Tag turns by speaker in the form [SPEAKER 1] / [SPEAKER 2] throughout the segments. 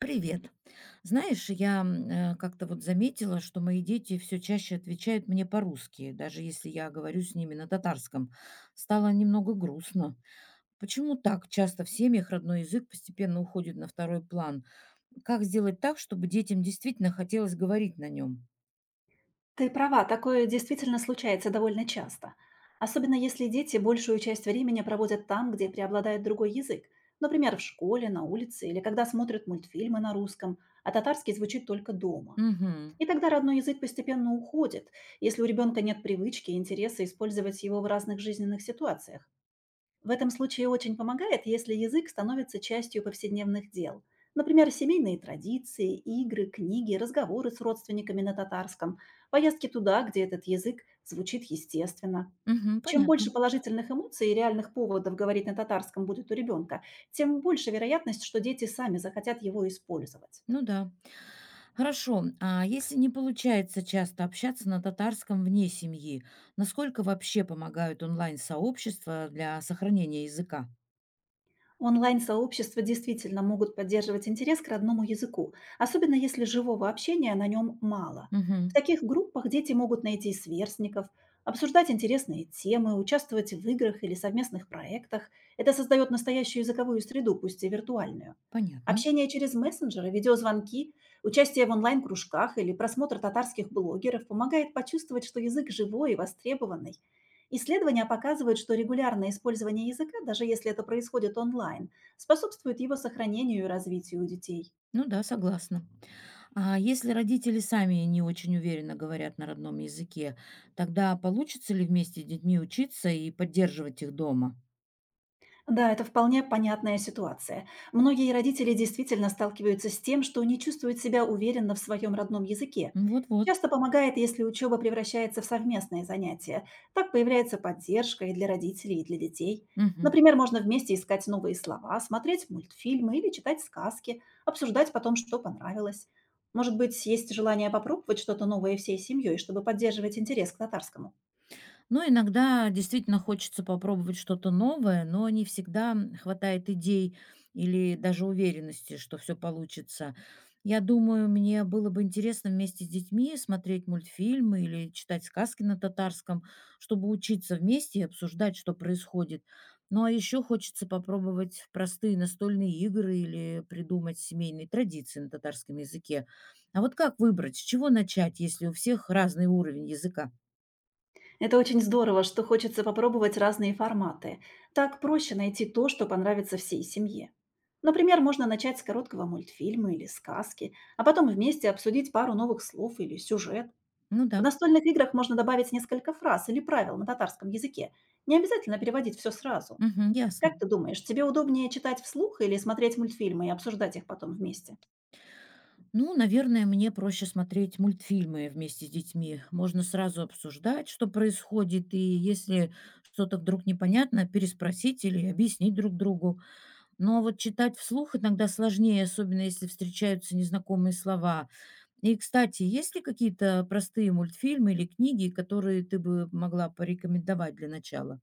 [SPEAKER 1] Привет. Знаешь, я как-то вот заметила, что мои дети все чаще отвечают мне по-русски, даже если я говорю с ними на татарском. Стало немного грустно. Почему так часто в семьях родной язык постепенно уходит на второй план? Как сделать так, чтобы детям действительно хотелось говорить на нем?
[SPEAKER 2] Ты права, такое действительно случается довольно часто. Особенно если дети большую часть времени проводят там, где преобладает другой язык. Например, в школе, на улице или когда смотрят мультфильмы на русском, а татарский звучит только дома.
[SPEAKER 1] Угу,
[SPEAKER 2] И тогда родной язык постепенно уходит, если у ребенка нет привычки и интереса использовать его в разных жизненных ситуациях. В этом случае очень помогает, если язык становится частью повседневных дел. Например, семейные традиции, игры, книги, разговоры с родственниками на татарском, поездки туда, где этот язык звучит естественно.
[SPEAKER 1] угу,
[SPEAKER 2] Чем больше
[SPEAKER 1] понятно.
[SPEAKER 2] положительных эмоций и реальных поводов говорить на татарском будет у ребенка, тем больше вероятность, что дети сами захотят его использовать.
[SPEAKER 1] Ну да. Хорошо. А если не получается часто общаться на татарском вне семьи, насколько вообще помогают онлайн-сообщества для сохранения языка?
[SPEAKER 2] Онлайн-сообщества действительно могут поддерживать интерес к родному языку, особенно если живого общения на нем мало. В
[SPEAKER 1] Мгм.
[SPEAKER 2] таких группах дети могут найти сверстников, обсуждать интересные темы, участвовать в играх или совместных проектах. Это создает настоящую языковую среду, пусть и виртуальную.
[SPEAKER 1] Понятно.
[SPEAKER 2] Общение через мессенджеры, видеозвонки, участие в онлайн-кружках или просмотр татарских блогеров помогает почувствовать, что язык живой и востребованный. Исследования показывают, что регулярное использование языка, даже если это происходит онлайн, способствует его сохранению и развитию у детей.
[SPEAKER 1] Ну да, согласна. А если родители сами не очень уверенно говорят на родном языке, тогда получится ли вместе с детьми учиться и поддерживать их дома?
[SPEAKER 2] Да, это вполне понятная ситуация. Многие родители действительно сталкиваются с тем, что не чувствуют себя уверенно в своем родном языке.
[SPEAKER 1] Вот-вот.
[SPEAKER 2] Часто помогает, если учеба превращается в совместное занятие. Так появляется поддержка и для родителей, и для детей.
[SPEAKER 1] Мгм.
[SPEAKER 2] Например, можно вместе искать новые слова, смотреть мультфильмы или читать сказки, обсуждать потом, что понравилось. Может быть, есть желание попробовать что-то новое всей семьей, чтобы поддерживать интерес к татарскому?
[SPEAKER 1] Ну, иногда действительно хочется попробовать что-то новое, но не всегда хватает идей или даже уверенности, что все получится. Я думаю, мне было бы интересно вместе с детьми смотреть мультфильмы или читать сказки на татарском, чтобы учиться вместе и обсуждать, что происходит. Ну, а еще хочется попробовать простые настольные игры или придумать семейные традиции на татарском языке. А вот как выбрать, с чего начать, если у всех разный уровень языка?
[SPEAKER 2] Это очень здорово, что хочется попробовать разные форматы. Так проще найти то, что понравится всей семье. Например, можно начать с короткого мультфильма или сказки, а потом вместе обсудить пару новых слов или сюжет.
[SPEAKER 1] Ну
[SPEAKER 2] В
[SPEAKER 1] да.
[SPEAKER 2] настольных играх можно добавить несколько фраз или правил на татарском языке. Не обязательно переводить все сразу.
[SPEAKER 1] Мгм, ясно.
[SPEAKER 2] Как ты думаешь, тебе удобнее читать вслух или смотреть мультфильмы и обсуждать их потом вместе?
[SPEAKER 1] Ну, наверное, мне проще смотреть мультфильмы вместе с детьми. Можно сразу обсуждать, что происходит, и если что-то вдруг непонятно, переспросить или объяснить друг другу. Но вот читать вслух иногда сложнее, особенно если встречаются незнакомые слова. И, кстати, есть ли какие-то простые мультфильмы или книги, которые ты бы могла порекомендовать для начала?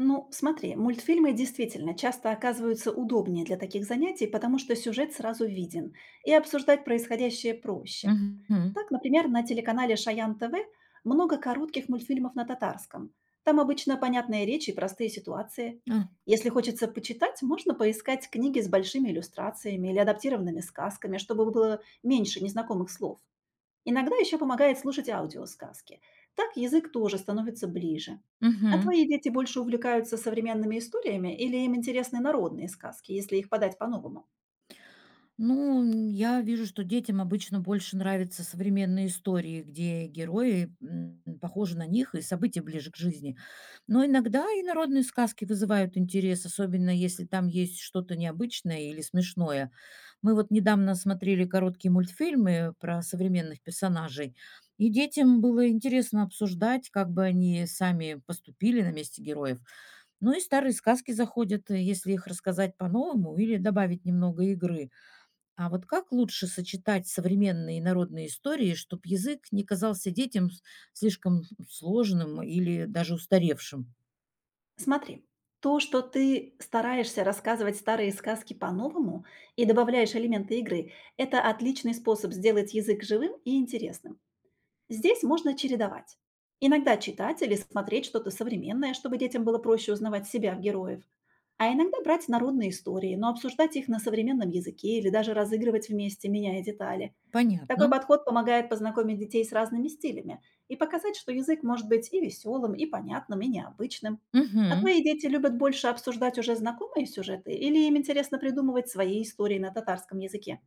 [SPEAKER 2] Ну, смотри, мультфильмы действительно часто оказываются удобнее для таких занятий, потому что сюжет сразу виден, и обсуждать происходящее проще.
[SPEAKER 1] Мгм.
[SPEAKER 2] Так, например, на телеканале Шаян ТВ много коротких мультфильмов на татарском. Там обычно понятные речи и простые ситуации.
[SPEAKER 1] А,
[SPEAKER 2] Если хочется почитать, можно поискать книги с большими иллюстрациями или адаптированными сказками, чтобы было меньше незнакомых слов. Иногда еще помогает слушать аудиосказки. Так язык тоже становится ближе. А
[SPEAKER 1] мгм.
[SPEAKER 2] твои дети больше увлекаются современными историями или им интересны народные сказки, если их подать по-новому?
[SPEAKER 1] Ну, я вижу, что детям обычно больше нравятся современные истории, где герои похожи на них и события ближе к жизни. Но иногда и народные сказки вызывают интерес, особенно если там есть что-то необычное или смешное. Мы вот недавно смотрели короткие мультфильмы про современных персонажей, и детям было интересно обсуждать, как бы они сами поступили на месте героев. Ну и старые сказки заходят, если их рассказать по-новому или добавить немного игры. А вот как лучше сочетать современные и народные истории, чтобы язык не казался детям слишком сложным или даже устаревшим?
[SPEAKER 2] Смотри, то, что ты стараешься рассказывать старые сказки по-новому и добавляешь элементы игры, это отличный способ сделать язык живым и интересным. Здесь можно чередовать. Иногда читать или смотреть что-то современное, чтобы детям было проще узнавать себя в героев. А иногда брать народные истории, но обсуждать их на современном языке или даже разыгрывать вместе, меняя детали. Такой
[SPEAKER 1] Понятно.
[SPEAKER 2] подход помогает познакомить детей с разными стилями и показать, что язык может быть и веселым, и понятным, и необычным. А
[SPEAKER 1] Мгм.
[SPEAKER 2] твои дети любят больше обсуждать уже знакомые сюжеты или им интересно придумывать свои истории на татарском языке?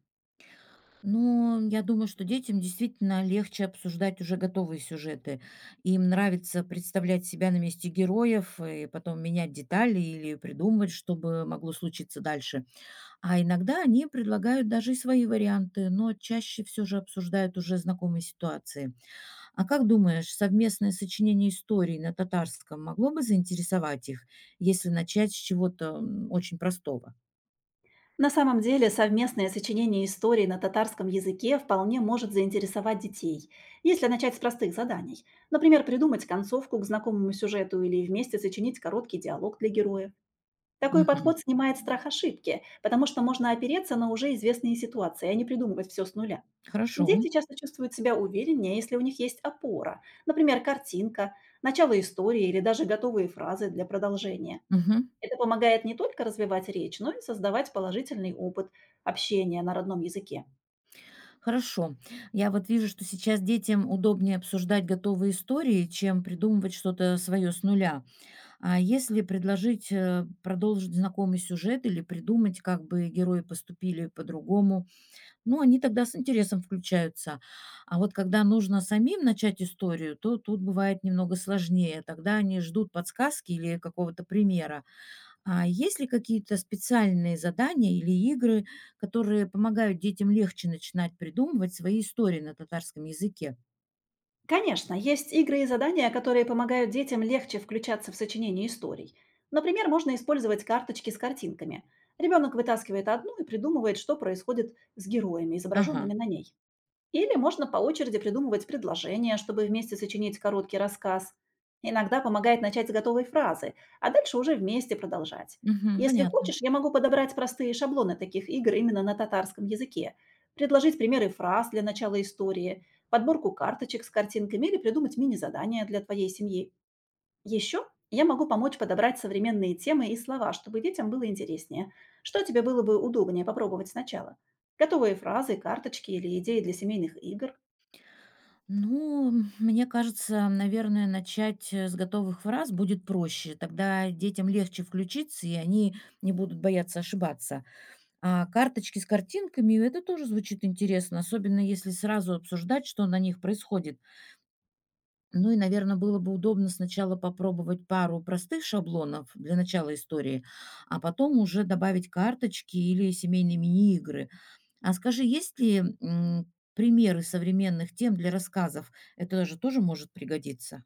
[SPEAKER 1] Ну, я думаю, что детям действительно легче обсуждать уже готовые сюжеты. Им нравится представлять себя на месте героев и потом менять детали или придумывать, что бы могло случиться дальше. А иногда они предлагают даже и свои варианты, но чаще все же обсуждают уже знакомые ситуации. А как думаешь, совместное сочинение историй на татарском могло бы заинтересовать их, если начать с чего-то очень простого?
[SPEAKER 2] На самом деле, совместное сочинение историй на татарском языке вполне может заинтересовать детей, если начать с простых заданий. Например, придумать концовку к знакомому сюжету или вместе сочинить короткий диалог для героев. Такой
[SPEAKER 1] Мгм.
[SPEAKER 2] подход снимает страх ошибки, потому что можно опереться на уже известные ситуации, а не придумывать все с нуля.
[SPEAKER 1] Хорошо.
[SPEAKER 2] Дети часто чувствуют себя увереннее, если у них есть опора, например, картинка, начало истории или даже готовые фразы для продолжения.
[SPEAKER 1] Мгм.
[SPEAKER 2] Это помогает не только развивать речь, но и создавать положительный опыт общения на родном языке.
[SPEAKER 1] Хорошо. Я вот вижу, что сейчас детям удобнее обсуждать готовые истории, чем придумывать что-то свое с нуля. А если предложить продолжить знакомый сюжет или придумать, как бы герои поступили по-другому, ну, они тогда с интересом включаются. А вот когда нужно самим начать историю, то тут бывает немного сложнее. Тогда они ждут подсказки или какого-то примера. А есть ли какие-то специальные задания или игры, которые помогают детям легче начинать придумывать свои истории на татарском языке?
[SPEAKER 2] Конечно, есть игры и задания, которые помогают детям легче включаться в сочинение историй. Например, можно использовать карточки с картинками. Ребенок вытаскивает одну и придумывает, что происходит с героями,
[SPEAKER 1] Ага,
[SPEAKER 2] изображенными на ней. Или можно по очереди придумывать предложения, чтобы вместе сочинить короткий рассказ. Иногда помогает начать с готовой фразы, а дальше уже вместе продолжать.
[SPEAKER 1] мгм,
[SPEAKER 2] Если
[SPEAKER 1] понятно.
[SPEAKER 2] хочешь, я могу подобрать простые шаблоны таких игр именно на татарском языке, предложить примеры фраз для начала истории, подборку карточек с картинками или придумать мини-задания для твоей семьи. Еще я могу помочь подобрать современные темы и слова, чтобы детям было интереснее. Что тебе было бы удобнее попробовать сначала? Готовые фразы, карточки или идеи для семейных игр?
[SPEAKER 1] Ну, мне кажется, наверное, начать с готовых фраз будет проще. Тогда детям легче включиться, и они не будут бояться ошибаться. А карточки с картинками — это тоже звучит интересно, особенно если сразу обсуждать, что на них происходит. Ну и, наверное, было бы удобно сначала попробовать пару простых шаблонов для начала истории, а потом уже добавить карточки или семейные мини-игры. А скажи, есть ли, примеры современных тем для рассказов? Это же тоже может пригодиться.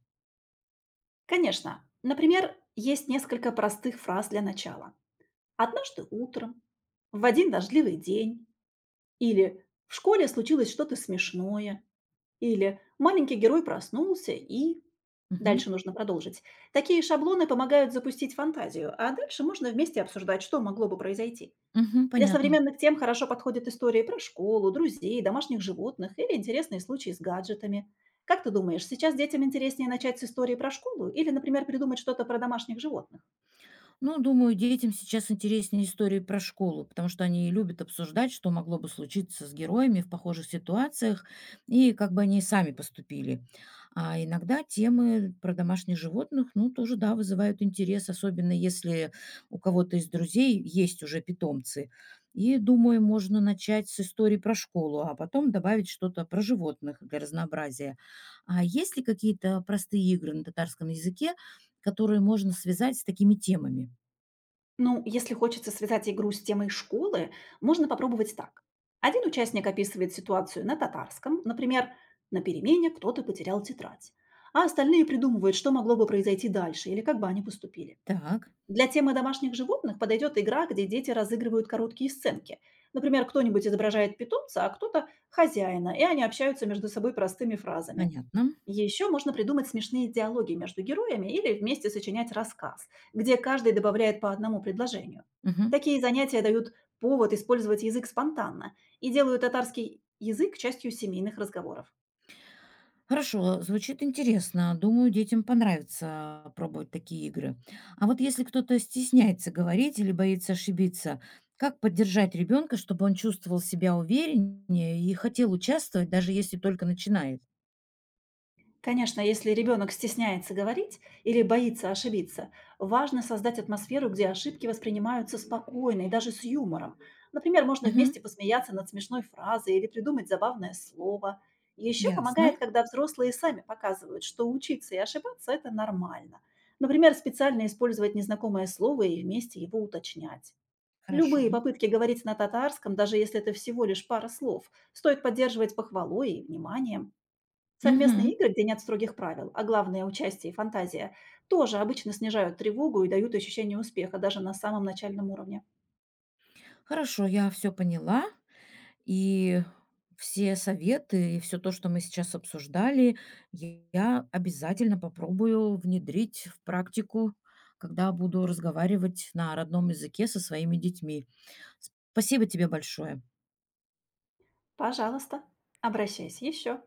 [SPEAKER 2] Конечно. Например, есть несколько простых фраз для начала. «Однажды утром», «В один дождливый день» или «В школе случилось что-то смешное» или «Маленький герой проснулся и…»
[SPEAKER 1] Мгм.
[SPEAKER 2] Дальше нужно продолжить. Такие шаблоны помогают запустить фантазию, а дальше можно вместе обсуждать, что могло бы произойти.
[SPEAKER 1] Мгм.
[SPEAKER 2] Для
[SPEAKER 1] Понятно.
[SPEAKER 2] современных тем хорошо подходят истории про школу, друзей, домашних животных или интересные случаи с гаджетами. Как ты думаешь, сейчас детям интереснее начать с истории про школу или, например, придумать что-то про домашних животных?
[SPEAKER 1] Ну, думаю, детям сейчас интереснее истории про школу, потому что они любят обсуждать, что могло бы случиться с героями в похожих ситуациях и как бы они сами поступили. А иногда темы про домашних животных, ну, тоже, да, вызывают интерес, особенно если у кого-то из друзей есть уже питомцы. И, думаю, можно начать с истории про школу, а потом добавить что-то про животных для разнообразия. А есть ли какие-то простые игры на татарском языке, которые можно связать с такими темами?
[SPEAKER 2] Ну, если хочется связать игру с темой школы, можно попробовать так. Один участник описывает ситуацию на татарском, например, на перемене кто-то потерял тетрадь, а остальные придумывают, что могло бы произойти дальше или как бы они поступили.
[SPEAKER 1] Так,
[SPEAKER 2] Для темы домашних животных подойдет игра, где дети разыгрывают короткие сценки. Например, кто-нибудь изображает питомца, а кто-то– хозяина, и они общаются между собой простыми фразами.
[SPEAKER 1] понятно.
[SPEAKER 2] Еще можно придумать смешные диалоги между героями или вместе сочинять рассказ, где каждый добавляет по одному предложению.
[SPEAKER 1] Мгм.
[SPEAKER 2] Такие занятия дают повод использовать язык спонтанно и делают татарский язык частью семейных разговоров.
[SPEAKER 1] Хорошо, звучит интересно. Думаю, детям понравится пробовать такие игры. А вот если кто-то стесняется говорить или боится ошибиться, как поддержать ребенка, чтобы он чувствовал себя увереннее и хотел участвовать, даже если только начинает?
[SPEAKER 2] Конечно, если ребенок стесняется говорить или боится ошибиться, важно создать атмосферу, где ошибки воспринимаются спокойно и даже с юмором. Например, можно
[SPEAKER 1] Мгм.
[SPEAKER 2] вместе посмеяться над смешной фразой или придумать забавное слово. Еще
[SPEAKER 1] Ясно.
[SPEAKER 2] помогает, когда взрослые сами показывают, что учиться и ошибаться– это нормально. Например, специально использовать незнакомое слово и вместе его уточнять.
[SPEAKER 1] Хорошо.
[SPEAKER 2] Любые попытки говорить на татарском, даже если это всего лишь пара слов, стоит поддерживать похвалой и вниманием. Совместные
[SPEAKER 1] Мгм.
[SPEAKER 2] игры, где нет строгих правил, а главное– участие и фантазия, тоже обычно снижают тревогу и дают ощущение успеха даже на самом начальном уровне.
[SPEAKER 1] Хорошо, я все поняла. И все советы и все то, что мы сейчас обсуждали, я обязательно попробую внедрить в практику, когда буду разговаривать на родном языке со своими детьми. Спасибо тебе большое.
[SPEAKER 2] Пожалуйста, обращайся еще.